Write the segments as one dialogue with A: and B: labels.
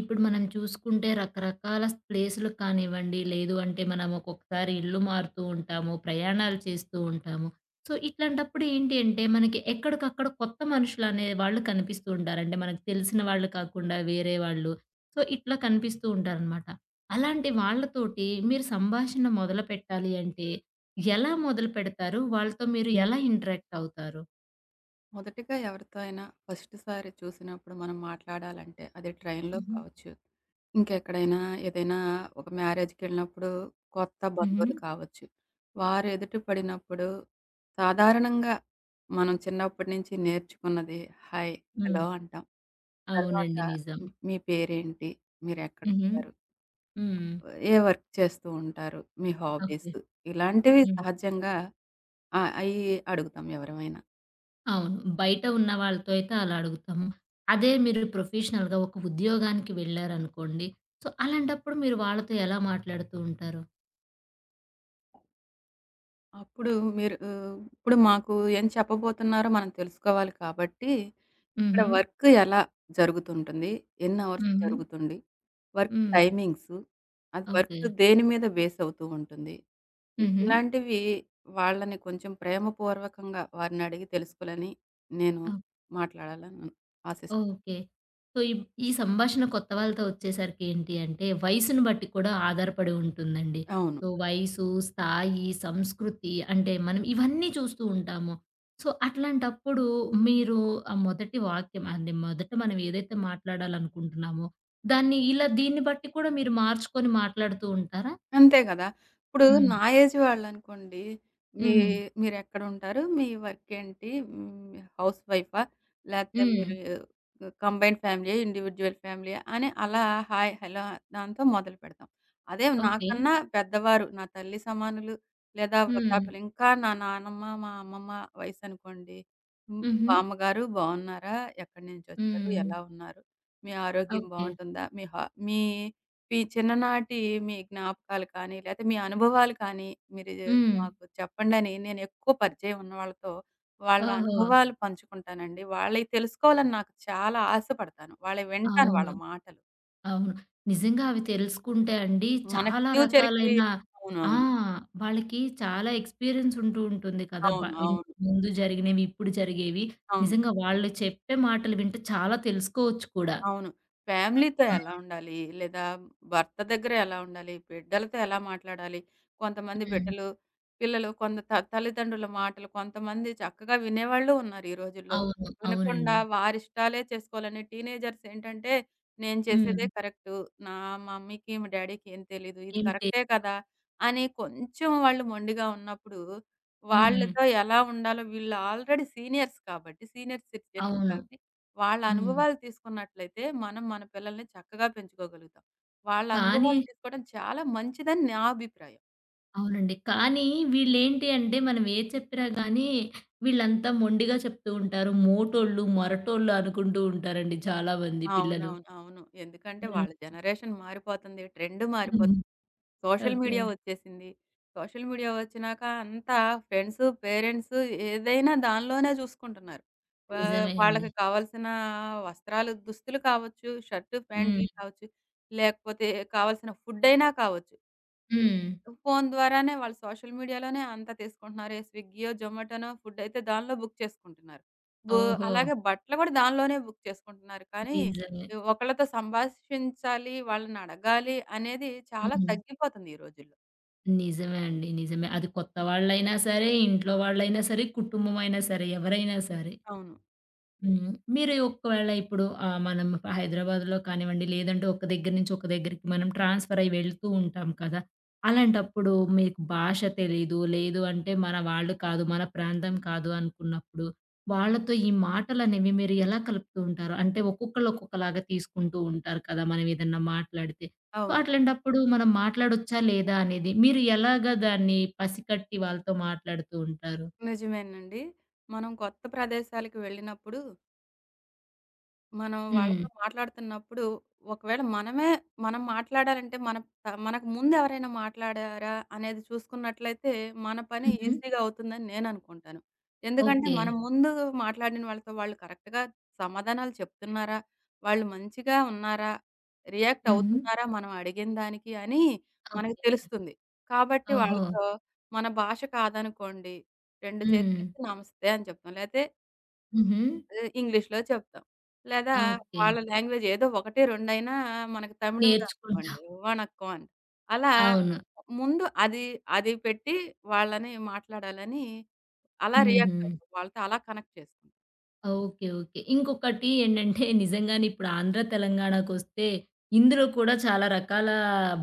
A: ఇప్పుడు మనం చూసుకుంటే రకరకాల ప్లేసులకు కానివ్వండి, లేదు అంటే మనం ఒక్కొక్కసారి ఇల్లు మారుతూ ఉంటాము, ప్రయాణాలు చేస్తూ ఉంటాము. సో, ఇట్లాంటప్పుడు ఏంటి అంటే మనకి ఎక్కడికక్కడ కొత్త మనుషులనే వాళ్ళు కనిపిస్తూ ఉంటారు. అంటే మనకు తెలిసిన వాళ్ళు కాకుండా వేరే వాళ్ళు. సో, ఇట్లా కనిపిస్తూ ఉంటారనమాట. అలాంటి వాళ్ళతోటి మీరు సంభాషణ మొదలుపెట్టాలి అంటే ఎలా మొదలుపెడతారు? వాళ్ళతో మీరు ఎలా ఇంటరాక్ట్ అవుతారు?
B: మొదటిగా ఎవరితో అయినా ఫస్ట్ సారి చూసినప్పుడు మనం మాట్లాడాలంటే, అది ట్రైన్‌లో
A: హుహు.
B: కావచ్చు, ఇంకెక్కడైనా ఏదైనా ఒక మ్యారేజ్‌కెళ్ళినప్పుడు కొత్త
A: హుహు.
B: బంధువులు కావచ్చు. వారు ఎదుట పడినప్పుడు సాధారణంగా మనం చిన్నప్పటి నుంచి నేర్చుకున్నది హాయ్,
A: హ్మ్.
B: హలో అంటాం. తర్వాత
A: అవునండి. నిజం.
B: మీ మీ పేరేంటి?
A: హుహు.
B: మీరెక్కడుంటారు?
A: హ్మ్.
B: ఏ వర్క్ చేస్తూ ఉంటారు? మీ
A: ఓకే.
B: హాబీస్? ఇలాంటివి
A: హ్మ్.
B: సహజంగా ఆ! అయి అడుగుతాం ఎవరమైనా.
A: అవును. బయట ఉన్న వాళ్ళతో అయితే అలా అడుగుతాము. అదే మీరు ప్రొఫెషనల్‌గా ఒక ఉద్యోగానికి వెళ్లారనుకోండి. సో, అలాంటప్పుడు మీరు వాళ్ళతో ఎలా మాట్లాడుతూ ఉంటారు?
B: అప్పుడు మీరు ఇప్పుడు మాకు ఏం చెప్పబోతున్నారో మనం తెలుసుకోవాలి కాబట్టి, ఇక్కడ
A: హుహు.
B: వర్క్ ఎలా జరుగుతుంటుంది? ఎన్ని అవర్స్
A: హుహు.
B: జరుగుతుంది? వర్క్
A: హ్మ్.
B: టైమింగ్సు, అది
A: ఓకే.
B: వర్క్ దేని మీద బేస్ అవుతూ ఉంటుంది?
A: హుహు.
B: ఇలాంటివి వాళ్ళని కొంచెం ప్రేమపూర్వకంగా వారినడిగి తెలుసుకోవాలని నేను మాట్లాడాలని ఆశిస్
A: ఓకే. సో, ఈ ఈ సంభాషణ కొత్త వాళ్ళతో వచ్చేసరికి ఏంటి అంటే, వయసును బట్టి కూడా ఆధారపడి ఉంటుందండి.
B: అవును.
A: సో, వయసు, స్థాయి, సంస్కృతి అంటే మనం ఇవన్నీ చూస్తూ ఉంటాము. సో, అట్లాంటప్పుడు మీరు ఆ మొదటి వాక్యం అంటే మొదట మనం ఏదైతే మాట్లాడాలనుకుంటున్నామో, దాన్ని ఇలా దీన్ని బట్టి కూడా మీరు మార్చుకొని మాట్లాడుతూ ఉంటారా?
B: అంతే గదా! ఇప్పుడు
A: హ్మ్.
B: నా ఏజ్ వాళ్ళనుకోండి, మీ
A: హ్మ్.
B: మీరెక్కడుంటారు? మీ వర్క్ ఏంటి? హౌస్ వైఫా? లేతే
A: హ్మ్.
B: మీరు కంబైన్డ్ ఫ్యామిలీయా? ఇండివిడ్యువల్ ఫ్యామిలీయా? అని అలా హాయ్, హలో దాంతో మొదలుపెడతాం. అదే
A: ఓకే.
B: నాకన్నా పెద్దవారు, నా తల్లి సమానులు లేదా
A: హ్మ్.
B: వృద్ధాప్యులు, ఇంకా నా నానమ్మ, మా అమ్మమ్మ వయసనుకోండి,
A: హుహు.
B: బామ్మగారు బావున్నారా? ఎక్కడి నుంచొచ్చారు?
A: హ్మ్.
B: ఎలా ఉన్నారు? మీ ఆరోగ్యం
A: ఓకే.
B: బావుంటుందా? మీ మీ చిన్ననాటి మీ జ్ఞాపకాలు కానీ, లేతే మీ అనుభవాలు కానీ, మీరు జ-
A: హ్మ్.
B: మాకు చెప్పండని నేను ఎక్కువ పరిచయం ఉన్న వాళ్ళతో వాళ్ళ
A: ఓహో!
B: అనుభవాలు పంచుకుంటానండి. వాళ్ళయి తెలుసుకోవాలని నాకు చాలా ఆశపడతాను. వాళ్ళయి వింటాను
A: అవును.
B: వాళ్ళ మాటలు.
A: అవును. నిజంగా అవి తెలుసుకుంటే అండి
B: మనకి
A: చాలా
B: ఫ్యూచర్‌కి
A: రకాలైన ఆ!
B: అవునవును.
A: వాళ్ళకి చాలా ఎక్స్‌పీరియన్స్ ఉంటూ ఉంటుంది కదా!
B: అవును. అవును. అవును.
A: ఇంతకుముందు జరిగినవి, ఇప్పుడు జరిగేవి.
B: అవును
A: నిజంగా వాళ్ళు చెప్పే మాటలు వింటే చాలా తెలుసుకోవచ్చు కూడా.
B: అవును. ఫ్యామిలీతో ఎలా ఉండాలి? లేదా భర్త దగ్గర ఎలా ఉండాలి? బిడ్డలతో ఎలా మాట్లాడాలి? కొంతమంది
A: హ్మ్.
B: బిడ్డలు, పిల్లలు కొంత తల్లిదండ్రుల మాటలు కొంతమంది చక్కగా వినేవాళ్ళు ఉన్నారు ఈ రోజుల్లో.
A: అవును.
B: వినకుండా
A: అవునండి.
B: వారిష్టాలే చేసుకోవాలని టీనేజర్స్ ఏంటంటే, నేను
A: హ్మ్.
B: చేసేదే కరెక్టు. నా మమ్మీకి, మా డ్యాడీకి ఏం తెలీదు. ఇది
A: ఏంటి
B: కరెక్టే కదా! అని కొంచెం వాళ్ళు మొండిగా ఉన్నప్పుడు,
A: హ్మ్.
B: వాళ్ళతో ఎలా ఉండాలో వీళ్ళు ఆల్రెడీ సీనియర్స్ కాబట్టి, సీనియర్ సిటిజన్స్
A: అవును.
B: కాబట్టి వాళ్ళ
A: హ్మ్.
B: అనుభవాలు తీసుకున్నట్లయితే, మనం మన పిల్లల్ని చక్కగా పెంచుకోగలుగుతాం. వాళ్ళ
A: కానీ
B: అనుభవాలు తీసుకోవడం చాలా మంచిదని నా అభిప్రాయం.
A: అవునండి. కానీ వీళ్ళేంటి అంటే మనం ఏది చెప్పినా గానీ వీళ్ళంతా మొండిగా చెప్తూ ఉంటారు. మోటోళ్ళు, మొరటోళ్ళు అనుకుంటూ ఉంటారండి చాలా మంది పిల్లలు.
B: అవునవును. అవును. ఎందుకంటే
A: హ్మ్.
B: వాళ్ళ జనరేషన్ మారిపోతుంది. Trend
A: hmm.
B: మారిపోతుంది. Social
A: okay.
B: మీడియా వచ్చేసింది. సోషల్ మీడియా వచ్చినాక అంతా ఫ్రెండ్స్, పేరెంట్స్ ఏదైనా దానిలోనే చూసుకుంటున్నారు. వా
A: నిజమే అండి.
B: వాళ్ళకి కావాల్సిన వస్త్రాలు దుస్తులు కావచ్చు, షర్టు,
A: హ్మ్.
B: ప్యాంటులు కావచ్చు, లేకపోతే కావాల్సిన ఫుడ్ అయినా కావచ్చు.
A: హ్మ్.
B: ఫోను ద్వారానే వాళ్ళు సోషల్ మీడియాలోనే అంతా తీసుకుంటున్నారు. ఏ స్విగ్గీయో, జొమాటోనో ఫుడ్డయితే దానిలో బుక్ చేసుకుంటున్నారు. బు
A: ఓహో!
B: అలాగే బట్టలు గూడా దానిలోనే బుక్ చేసుకుంటున్నారు. కానీ
A: నిజమే.
B: ఈ ఒకళ్ళతో సంభాషించాలి, వాళ్ళనడగాలి అనేది చాలా
A: హ్మ్.
B: తగ్గిపోతుంది ఈ రోజుల్లో.
A: నిజమే అండి. నిజమే. అది కొత్త వాళ్ళైనా సరే, ఇంట్లో వాళ్ళైనా సరే, కుటుంబమైనా సరే, ఎవరైనా సరే.
B: అవును.
A: హ్మ్. మీరు ఒకవేళ ఇప్పుడు మనం హైదరాబాద్‌లో కానివ్వండి, లేదంటే ఒక దగ్గర నుంచి ఒక దగ్గరికి మనం ట్రాన్స్‌ఫర్ అయ్యి వెళ్తూ ఉంటాం కదా! అలాంటప్పుడు మీకు భాష తెలీదు, లేదు అంటే మన వాళ్ళు కాదు, మన ప్రాంతం కాదు అనుకున్నప్పుడు, వాళ్ళతో ఈ మాటలనేవి మీరు ఎలా కలుపుతూ ఉంటారు? అంటే ఒక్కొక్కళ్ళు ఒక్కొక్కలాగా తీసుకుంటూ ఉంటారు కదా! మనం ఏదన్నా మాట్లాడితే. సో,
B: అవును.
A: అట్లాంటప్పుడు మనం మాట్లాడొచ్చా లేదా అనేది మీరు ఎలాగా దాన్ని పసికట్టి వాళ్ళతో మాట్లాడుతూ ఉంటారు?
B: నిజమేనండి. మనం కొత్త ప్రదేశాలకు వెళ్ళినప్పుడు మనం
A: హ్మ్.
B: వాళ్ళతో మాట్లాడుతున్నప్పుడు ఒకవేళ మనమే మనం మాట్లాడాలంటే మన త మనకు ముందు ఎవరైనా మాట్లాడారా అనేది చూసుకున్నట్లయితే మన పని
A: హుహు.
B: ఈజీగా అవుతుందని నేననుకుంటాను. ఎందుకంటే
A: ఓకే.
B: మనం ముందు మాట్లాడిన వాళ్ళతో వాళ్ళు కరెక్ట్‌గా సమాధానాలు చెప్తున్నారా? వాళ్ళు మంచిగా ఉన్నారా? రియాక్ట్
A: హుహు.
B: అవుతున్నారా మనం అడిగిన దానికి అని మనకు
A: ఓకే.
B: తెలుస్తుంది. కాబట్టి
A: ఓహో!
B: వాళ్ళతో మన భాష కాదనుకోండి 2
A: హ్మ్.
B: చేతులెత్తి నమస్తే అని చెప్తాం. లేతే
A: హుహు.
B: ఇంగ్లీష్‌లో చెప్తాం. లేదా
A: ఓకే.
B: వాళ్ళ లాంగ్వేజ్ ఏదో ఒకటి రెండైనా మనకు తమిళం
A: నేర్చుకుంటాం.
B: రాదనుకోండి వణక్కం అంటాం. అలా
A: అవును.
B: ముందు అది, అది పెట్టి వాళ్ళని మాట్లాడాలని అలా
A: హుహు.
B: రియాక్ట్ అవుతాం. వాళ్ళతో అలా కనెక్ట్ చేసుకుంటాం.
A: ఓకే. ఓకే. ఇంకొకటి ఏంటంటే నిజంగానే ఇప్పుడు ఆంధ్ర, తెలంగాణకొస్తే ఇందులో కూడా చాలా రకాల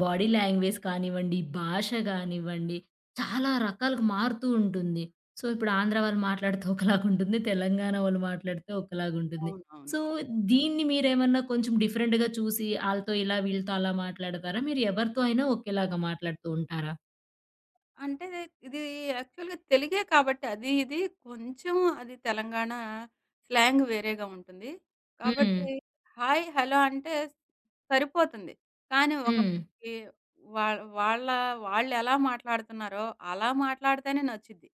A: బాడీ లాంగ్వేజ్ కానివ్వండి, భాష కానివ్వండి, చాలా రకాలుగా మారుతూ ఉంటుంది. సో, ఇప్పుడు ఆంధ్ర వాళ్ళు మాట్లాడితే ఒకలాగుంటుంది. తెలంగాణ వాళ్ళు మాట్లాడితే ఒకలాగుంటుంది.
B: అవునవును.
A: సో, దీన్ని మీరేమన్నా కొంచెం డిఫరెంట్‌గా చూసి ఆళ్ళతో ఇలా, వీళ్ళతో అలా మాట్లాడతారా? మీరు ఎవరితో అయినా ఒకేలాగా మాట్లాడుతూ ఉంటారా?
B: అంటే ఇది యాక్చువల్‌గా తెలుగే కాబట్టి ఇది కొంచెం అది తెలంగాణ స్లాంగ్ వేరేగా ఉంటుంది.
A: హ్మ్.
B: కాబట్టి హాయ్, హలో అంటే సరిపోతుంది. కానీ
A: హ్మ్.
B: ఒకళ్ళకి వాళ్ళ వాళ్ళ వాళ్ళెలా మాట్లాడుతున్నారో అలా మాట్లాడితేనే నచ్చుద్ది.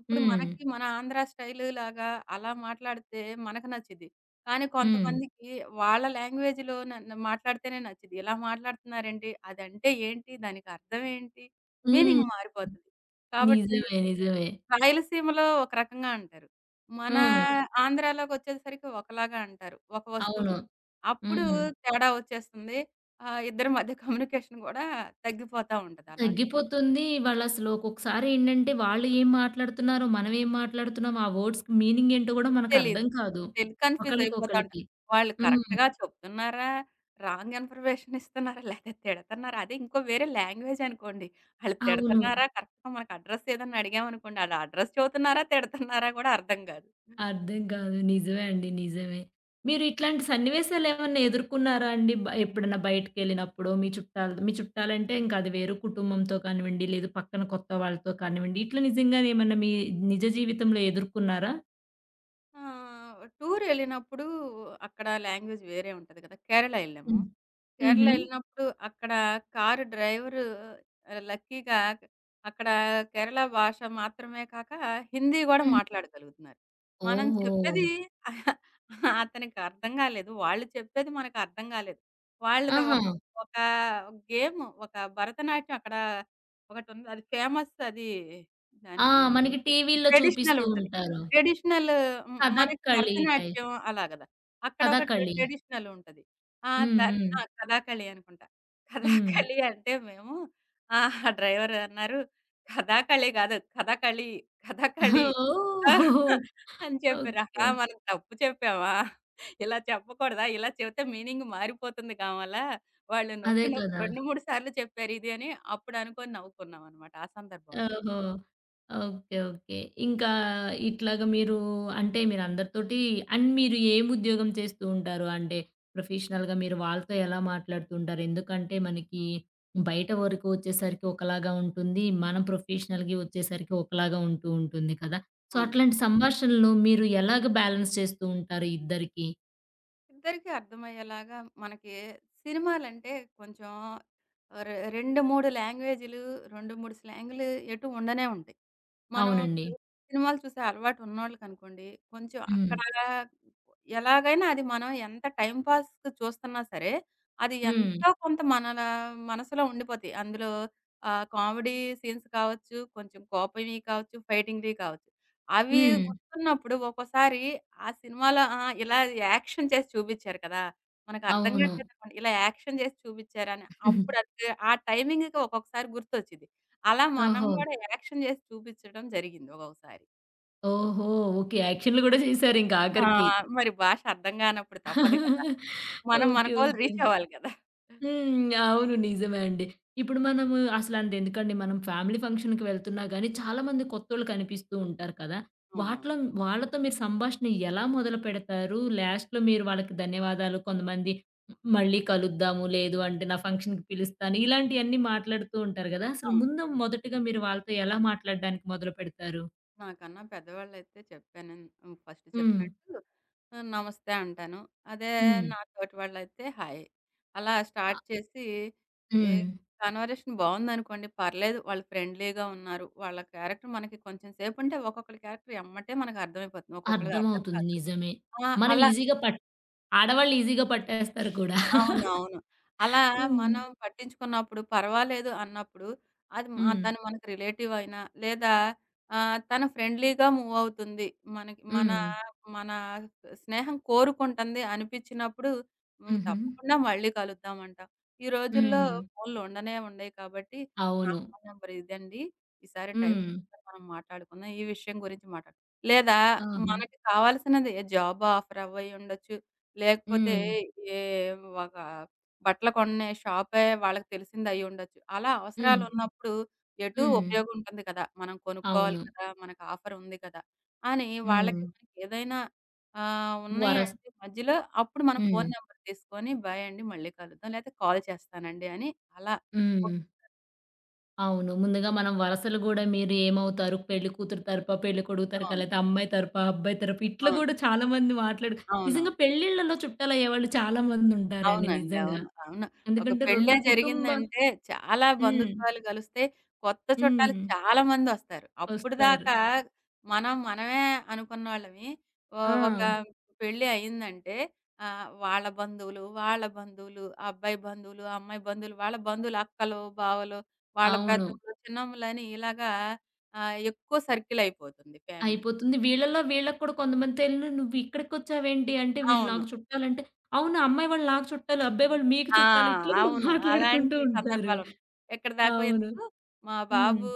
B: ఇప్పుడు
A: హ్మ్.
B: మనకి మన ఆంధ్ర స్టైలు లాగా అలా మాట్లాడితే మనకు నచ్చిద్ది. కానీ
A: హ్మ్.
B: కొంతమందికి వాళ్ళ లాంగ్వేజ్‌లో నన్ను మాట్లాడితేనే నచ్చిద్ది. ఇలా మాట్లాడుతున్నారేంటి? అదంటే ఏంటి? దానికి అర్థం ఏంటి?
A: హ్మ్.
B: మీనింగ్ మారిపోతది. కాబట్టి
A: నిజమే. నిజమే.
B: రాయలసీమలో ఒక రకంగా అంటారు. మన
A: హ్మ్.
B: హ్మ్. ఆంధ్రాలోకొచ్చేసరికి ఒకలాగా అంటారు. ఒక
A: అవును.
B: వస్తువుని. అప్పుడు
A: హ్మ్.
B: తేడా వచ్చేస్తుంది. ఇద్దరి మధ్య కమ్యూనికేషన్ గూడా తగ్గిపోతా ఉంటది అలాంటప్పుడు.
A: తగ్గిపోతుంది. వాళ్ళసలు ఒక్కొక్కసారేంటంటే వాళ్ళు ఏం మాట్లాడుతున్నారో, మనం ఏం మాట్లాడుతున్నాం, ఆ వర్డ్స్‌కి మీనింగ్ ఏంటో గూడా మనకర్థం
B: తెలీదు.
A: కాదు.
B: కన్‌ఫ్యూజ్ అయిపోతాంట.
A: ఒకళ్ళకొకళ్ళకి.
B: వాళ్ళు
A: హ్మ్.
B: కరెక్ట్‌గా చెప్తున్నారా? రాంగ్ ఇన్ఫర్మేషన్ ఇస్తున్నారా? లేతే తిడతన్నారా? అదే ఇంకో వేరే లాంగ్వేజ్ అనుకోండి. ఆళ్ళు
A: అవును.
B: తిడతన్నారా? కరెక్ట్‌గా మనకు అడ్రెస్ ఏదన్నా అడిగామనుకోండి. ఆళ్ళు అడ్రెస్ చెబుతున్నారా? తిడతన్నారా? గూడా అర్థం గాదు.
A: అర్థం కాదు. నిజమే అండి. నిజమే. మీరు ఇట్లాంటి సన్నివేశాలేమన్నా ఎదుర్కున్నారా అండి? ఎప్పుడన్నా బయటికెళ్ళినప్పుడో, మీ చుట్టాలు మీ చుట్టాలంటే ఇంకా అది వేరు కుటుంబంతో కానివ్వండి, లేదు పక్కన కొత్త వాళ్ళతో కానివ్వండి, ఇట్లా నిజంగానే ఏమన్నా మీ నిజ జీవితంలో ఎదుర్కున్నారా?
B: టూరెళ్ళినప్పుడు అక్కడ లాంగ్వేజ్ వేరే ఉంటది గదా! కేరళ ఎళ్ళాము.
A: హ్మ్.
B: కేరళ
A: హుహు.
B: ఎళ్ళినప్పుడు అక్కడ కారు డ్రైవరు లక్కీగా అక్కడ కేరళ భాష మాత్రమే కాక హిందీ గూడా
A: హ్మ్.
B: మాట్లాడగలుగుతున్నారు. మనం
A: ఓహో!
B: చెప్పేది అతనికి అర్థం గాలేదు. వాళ్ళు చెప్పేది మనకర్థం గాలేదు. వాళ్ళది
A: ఆహా!
B: ఒక ఒక గేమ్ ఒక భరతనాట్యం అక్కడ ఒకటుంది. అది ఫేమస్ అది
A: ఆ!
B: దాన్ని
A: మనకి టీవీల్లో
B: ట్రెడిషనల్
A: చూపిస్తూ
B: ఉంటది.
A: ఉంటారు.
B: ట్రెడిషనల్ హ్మ్. మనకి
A: కథాకళి టైప్.
B: భరతనాట్యం అలా గదా! అక్కడ ఒక
A: కథాకళి.
B: ట్రెడిషనల్ ఉంటది. ఆ!
A: హ్మ్.
B: దాన్ని
A: హ్మ్.
B: కథాకళి అనుకుంటా.
A: హ్మ్.
B: కథాకళి అంటే మేము ఆ! డ్రైవర్ అన్నారు, "కథాకళి గాదు, కథకళి, కథకళి" ఆహ్,
A: ఓహ్!
B: అని చెప్పారు.
A: ఓకే.
B: ఆహా! మనం తప్పు చెప్పామా? ఇలా చెప్పకూడదా? ఇలా చెబితే మీనింగ్ మారిపోతుంది కావాల. వాళ్ళు
A: అదే
B: నొక్కి, నొక్కి
A: కదా!
B: 2, 3 సార్లు చెప్పారు ఇది అని అప్పుడు అనుకోని నవ్వుకున్నామనమాట ఆ సందర్భంలో.
A: ఓహో! ఓకే. ఓకే. ఇంకా ఇట్లాగా మీరు అంటే మీరందరితోటి అండ్ మీరు ఏం ఉద్యోగం చేస్తూ ఉంటారు? అంటే ప్రొఫెషనల్‌గా మీరు వాళ్ళతో ఎలా మాట్లాడుతూ ఉంటారు? ఎందుకంటే మనకి బయట వరకు వచ్చేసరికి ఒకలాగా ఉంటుంది. మనం ప్రొఫెషనల్‌గా వచ్చేసరికి ఒకలాగా ఉంటూ ఉంటుంది కదా! సో,
B: అవును.
A: అట్లాంటి సంభాషణలు మీరు ఎలాగ బ్యాలెన్స్ చేస్తూ ఉంటారు ఇద్దరికీ?
B: ఇద్దరికీ అర్థమయ్యేలాగా మనకి సినిమాలంటే కొంచెం ఆహ్, రె 2, 3 లాంగ్వేజ్‌లు 2, 3 స్లాంగులు ఎటు ఉండనే ఉంటాయి. మనం
A: అవునండి.
B: సినిమాలు చూసే అలవాటు ఉన్నోళ్ళకనుకోండి, కొంచెం
A: హ్మ్.
B: అక్కడ ఎలాగైనా అది మనం ఎంత టైమ్ పాస్‌కి చూస్తున్నా సరే, అది
A: హ్మ్.
B: ఎంతో కొంత మనల మనసులో ఉండిపోతాయి. అందులో కామెడీ సీన్స్ కావచ్చు, కొంచెం కోపంవి కావచ్చు, ఫైటింగ్‌వి కావచ్చు. అవి
A: హ్మ్.
B: చూస్తున్నప్పుడు ఒక్కోసారి ఆ సినిమాలో ఇలా యాక్షన్ చేసి చూపిచ్చారు కదా! మనకర్థం
A: అవును.
B: కావట్లేదనమాట. ఇలా యాక్షన్ చేసి చూపిచ్చారని. అప్పుడు అది ఆ టైమింగ్‌కి ఒక్కొక్కసారి గుర్తొచ్చిద్ది. అలా మనం
A: ఓహో!
B: గూడా యాక్షన్ చేసి చూపిచ్చడం జరిగింది ఒక్కొక్కసారి.
A: ఓహో! ఓకే. యాక్షన్‌లు గూడా చేశారింక
B: ఆ!
A: ఆఖరికి.
B: మరి భాష అర్థం కానప్పుడు తప్పదు కదా! మనం మన
A: ఓకే.
B: Goal
A: okay.
B: రీచ్ అవ్వాలి కదా!
A: హ్మ్. అవును. నిజమే అండి. ఇప్పుడు మనము అసలంతెందుకండి మనం ఫ్యామిలీ ఫంక్షన్‌కి వెళ్తున్నా గానీ చాలామంది కొత్తోళ్ళు కనిపిస్తూ ఉంటారు కదా!
B: అవును.
A: వాటిలో వాళ్ళతో మీరు సంభాషణ ఎలా మొదలు పెడతారు? లాస్ట్‌లో మీరు వాళ్ళకి ధన్యవాదాలు కొంతమంది మళ్ళీ కలుద్దాము, లేదు అంటే నా ఫంక్షన్‌కి పిలుస్తాను ఇలాంటియన్నీ మాట్లాడుతూ ఉంటారు గదా! అసలు
B: అవును.
A: ముందు మొదటగా మీరు వాళ్ళతో ఎలా మాట్లాడడానికి మొదలు పెడతారు?
B: నాకన్నా పెద్దవాళ్ళైతే చెప్పాను. ఫస్ట్
A: హ్మ్.
B: చెప్పినట్టు నమస్తే అంటాను. అదే
A: హ్మ్.
B: నా తోటి వాళ్ళైతే హాయ్. అలా స్టార్ట్
A: ఆహ్,
B: చేసి ఏ
A: హ్మ్.
B: కన్వర్జేషన్ బావుందనుకోండి పర్లేదు. వాళ్ళు ఫ్రెండ్లీగా ఉన్నారు. వాళ్ళ క్యారెక్టర్ మనకి కొంచెం సేపు ఉంటే ఒక్కొక్కళ్ళ క్యారెక్టర్ ఎమ్మటే మనకు అర్థమైపోతుంది. ఒక్కొక్కళ్ళది అర్థం
A: అర్థమవుతుంది.
B: కాదు.
A: నిజమే. మనం
B: అలా
A: ఈజీగా పట్ ఆడవాళ్ళు ఈజీగా పట్టేస్తారు కూడా.
B: అవునవును. అలా
A: హ్మ్.
B: మనం పట్టించుకున్నప్పుడు పర్వాలేదు అన్నప్పుడు అది
A: హ్మ్.
B: తను మనకు రిలేటివ్ అయినా లేదా తను ఫ్రెండ్లీగా మూవ్ అవుతుంది. మనకి మన
A: హ్మ్.
B: మన స్నేహం కోరుకుంటుంది అనిపించినప్పుడు
A: హుహు.
B: తప్పకుండా మళ్ళీ కలుద్దామంట. ఈ రోజుల్లో
A: హ్మ్.
B: ఫోన్‌లు ఉండనే ఉండయి కాబట్టి నా
A: అవును.
B: ఫోన్ నంబర్ ఇదండి. ఈసారి టైం
A: హ్మ్.
B: తీసుకొని మనం మాట్లాడుకుందాం. ఈ విషయం గురించి మాట్లాడు లేదా
A: ఆహా!
B: మనకి కావాల్సినది జాబ్ ఆఫర్ అవ్వయి ఉండొచ్చు. లేకపోతే
A: హ్మ్.
B: ఏ ఒక బట్టలు కొనే షాపే వాళ్ళకి తెలిసింది అయ్యుండొచ్చు. అలా
A: హ్మ్.
B: అవసరాలున్నప్పుడు ఎటూ
A: హ్మ్.
B: ఉపయోగం ఉంటుంది కదా! మనం కొనుక్కోవాలి
A: అవును.
B: కదా! మనకు ఆఫర్ ఉంది కదా! అని
A: హ్మ్.
B: వాళ్ళకి మనకి ఏదైనా
A: వరస్
B: ఉన్నాయంటే మధ్యలో అప్పుడు మనం
A: హ్మ్.
B: ఫోను నంబర్ తీసుకొని "బాయ్ అండి మళ్ళీ కలుద్దాం. లేతే కాల్ చేస్తానండి" అని అలా
A: హ్మ్.
B: ముగిస్తాం.
A: అవును. ముందుగా మనం వరసలు గూడా మీరు ఏమవుతారు? పెళ్లి కూతురు తరపా? పెళ్ళికొడుకు తరపా?
B: అవును.
A: లేతే అమ్మాయి తరపా? అబ్బాయి తరపా? ఇట్లా గూడా చాలా మంది మాట్లాడు నిజంగా
B: అవునవును.
A: పెళ్ళిళ్ళలో చుట్టాలయ్యేవాళ్ళు చాలా మందుంటారండి
B: అవునండి.
A: నిజంగా.
B: అవును. అవును. ఒక
A: ఎందుకంటే
B: పెళ్ళే
A: 2 కుటుంబ
B: జరిగిందంటే చాలా
A: హ్మ్.
B: బంధుత్వాలు గలిస్తే కొత్త చుట్టాలు
A: హ్మ్.
B: చాలా మందొస్తారు.
A: వస్తారు.
B: అప్పటిదాకా మనం మనమే అనుకున్నోళ్ళమి. ఓ ఒక
A: ఆ!
B: పెళ్లి అయిందంటే వాళ్ళ బంధువులు, వాళ్ళ బంధువులు, ఆ అబ్బాయి బంధువులు, ఆ అమ్మాయి బంధువులు, వాళ్ళ బంధువులు అక్కలు, బావలు, వాళ్ళ
A: అవును.
B: పెద్దమ్మలు, చిన్నమ్మలని ఇలాగా ఎక్కువ సర్కిల్ అయిపోతుంది ఫ్యామిలీ.
A: అయిపోతుంది. వీళ్ళలో వీళ్ళకి కూడా కొంతమంది తెలీదు. "నువ్విక్కడికొచ్చావేంటి?" అంటే వీళ్ళు
B: అవును.
A: నాకు చుట్టాలంటే, "అవును. అమ్మాయి వాళ్ళు నాకు చుట్టాలు. అబ్బాయి వాళ్ళు మీకు
B: ఆ!
A: చుట్టాలు." ఇట్లా కూడా
B: అవును.
A: మాట్లాడుకుంటూ
B: అలాంటి
A: ఉంటారు.
B: సందర్భాలున్నాయి. ఎక్కడి దాకో
A: అవును.
B: ఎందుకు, మా
A: హ్మ్.
B: బాబు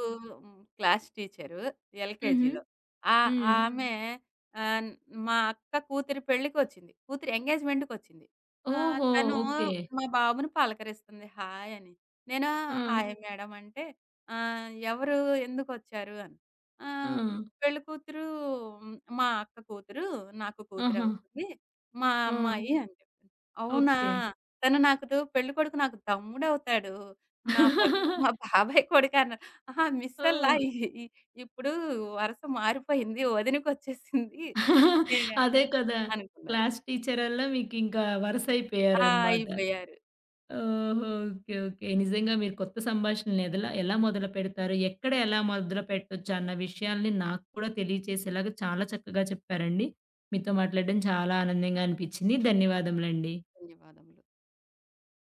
B: క్లాస్ టీచరు
A: హుహు.
B: ఎల్‌కేజీలో. ఆ
A: హ్మ్.
B: ఆమె హ్మ్. ఆహ్, మా అక్క కూతురి పెళ్ళికొచ్చింది. కూతురి ఎంగేజ్‌మెంట్‌కొచ్చింది.
A: ఓహో!
B: తను ఓహో!
A: ఓకే.
B: మా బాబుని పలకరిస్తుంది హాయ్ అని. నేను
A: ఆ!
B: హాయ్ మేడం అంటే, ఎవరు ఎందుకొచ్చారు అని.
A: ఆ!
B: ఆహ్, పెళ్లి కూతురు మా అక్క కూతురు, నాకు
A: ఆహా!
B: కూతురవుతుంది. మా
A: ఆ!
B: అమ్మాయి అని చెప్పాను. అవునా!
A: ఓకే.
B: తను నాకు పెళ్ళికొడుకు నాకు తమ్ముడవుతాడు. నా పదం మా బాబాయ్ కొడుకన్నా. అహా! మిస్సల్లా
A: ఓహ్!
B: ఇ ఇ ఇప్పుడు వరస మారిపోయింది. వదినకొచ్చేసింది. ఏ
A: అదే కదా!
B: అనుకున్నారు.
A: క్లాస్ టీచరల్లా మీకింకా
B: ఆ!
A: వరుసయిపోయారనమాట.
B: అయిపోయారు.
A: ఓహో! ఓకే. ఓకే. నిజంగా మీరు కొత్త సంభాషణలు ఎదల ఎలా మొదలుపెడతారు? ఎక్కడ ఎలా మొదలుపెట్టొచ్చు అన్న విషయాల్ని నాకు కూడా తెలియచేసేలాగా చాలా చక్కగా చెప్పారండి. మీతో మాట్లాడడం చాలా ఆనందంగా అనిపించింది. ధన్యవాదములండి.
B: ధన్యవాదములు.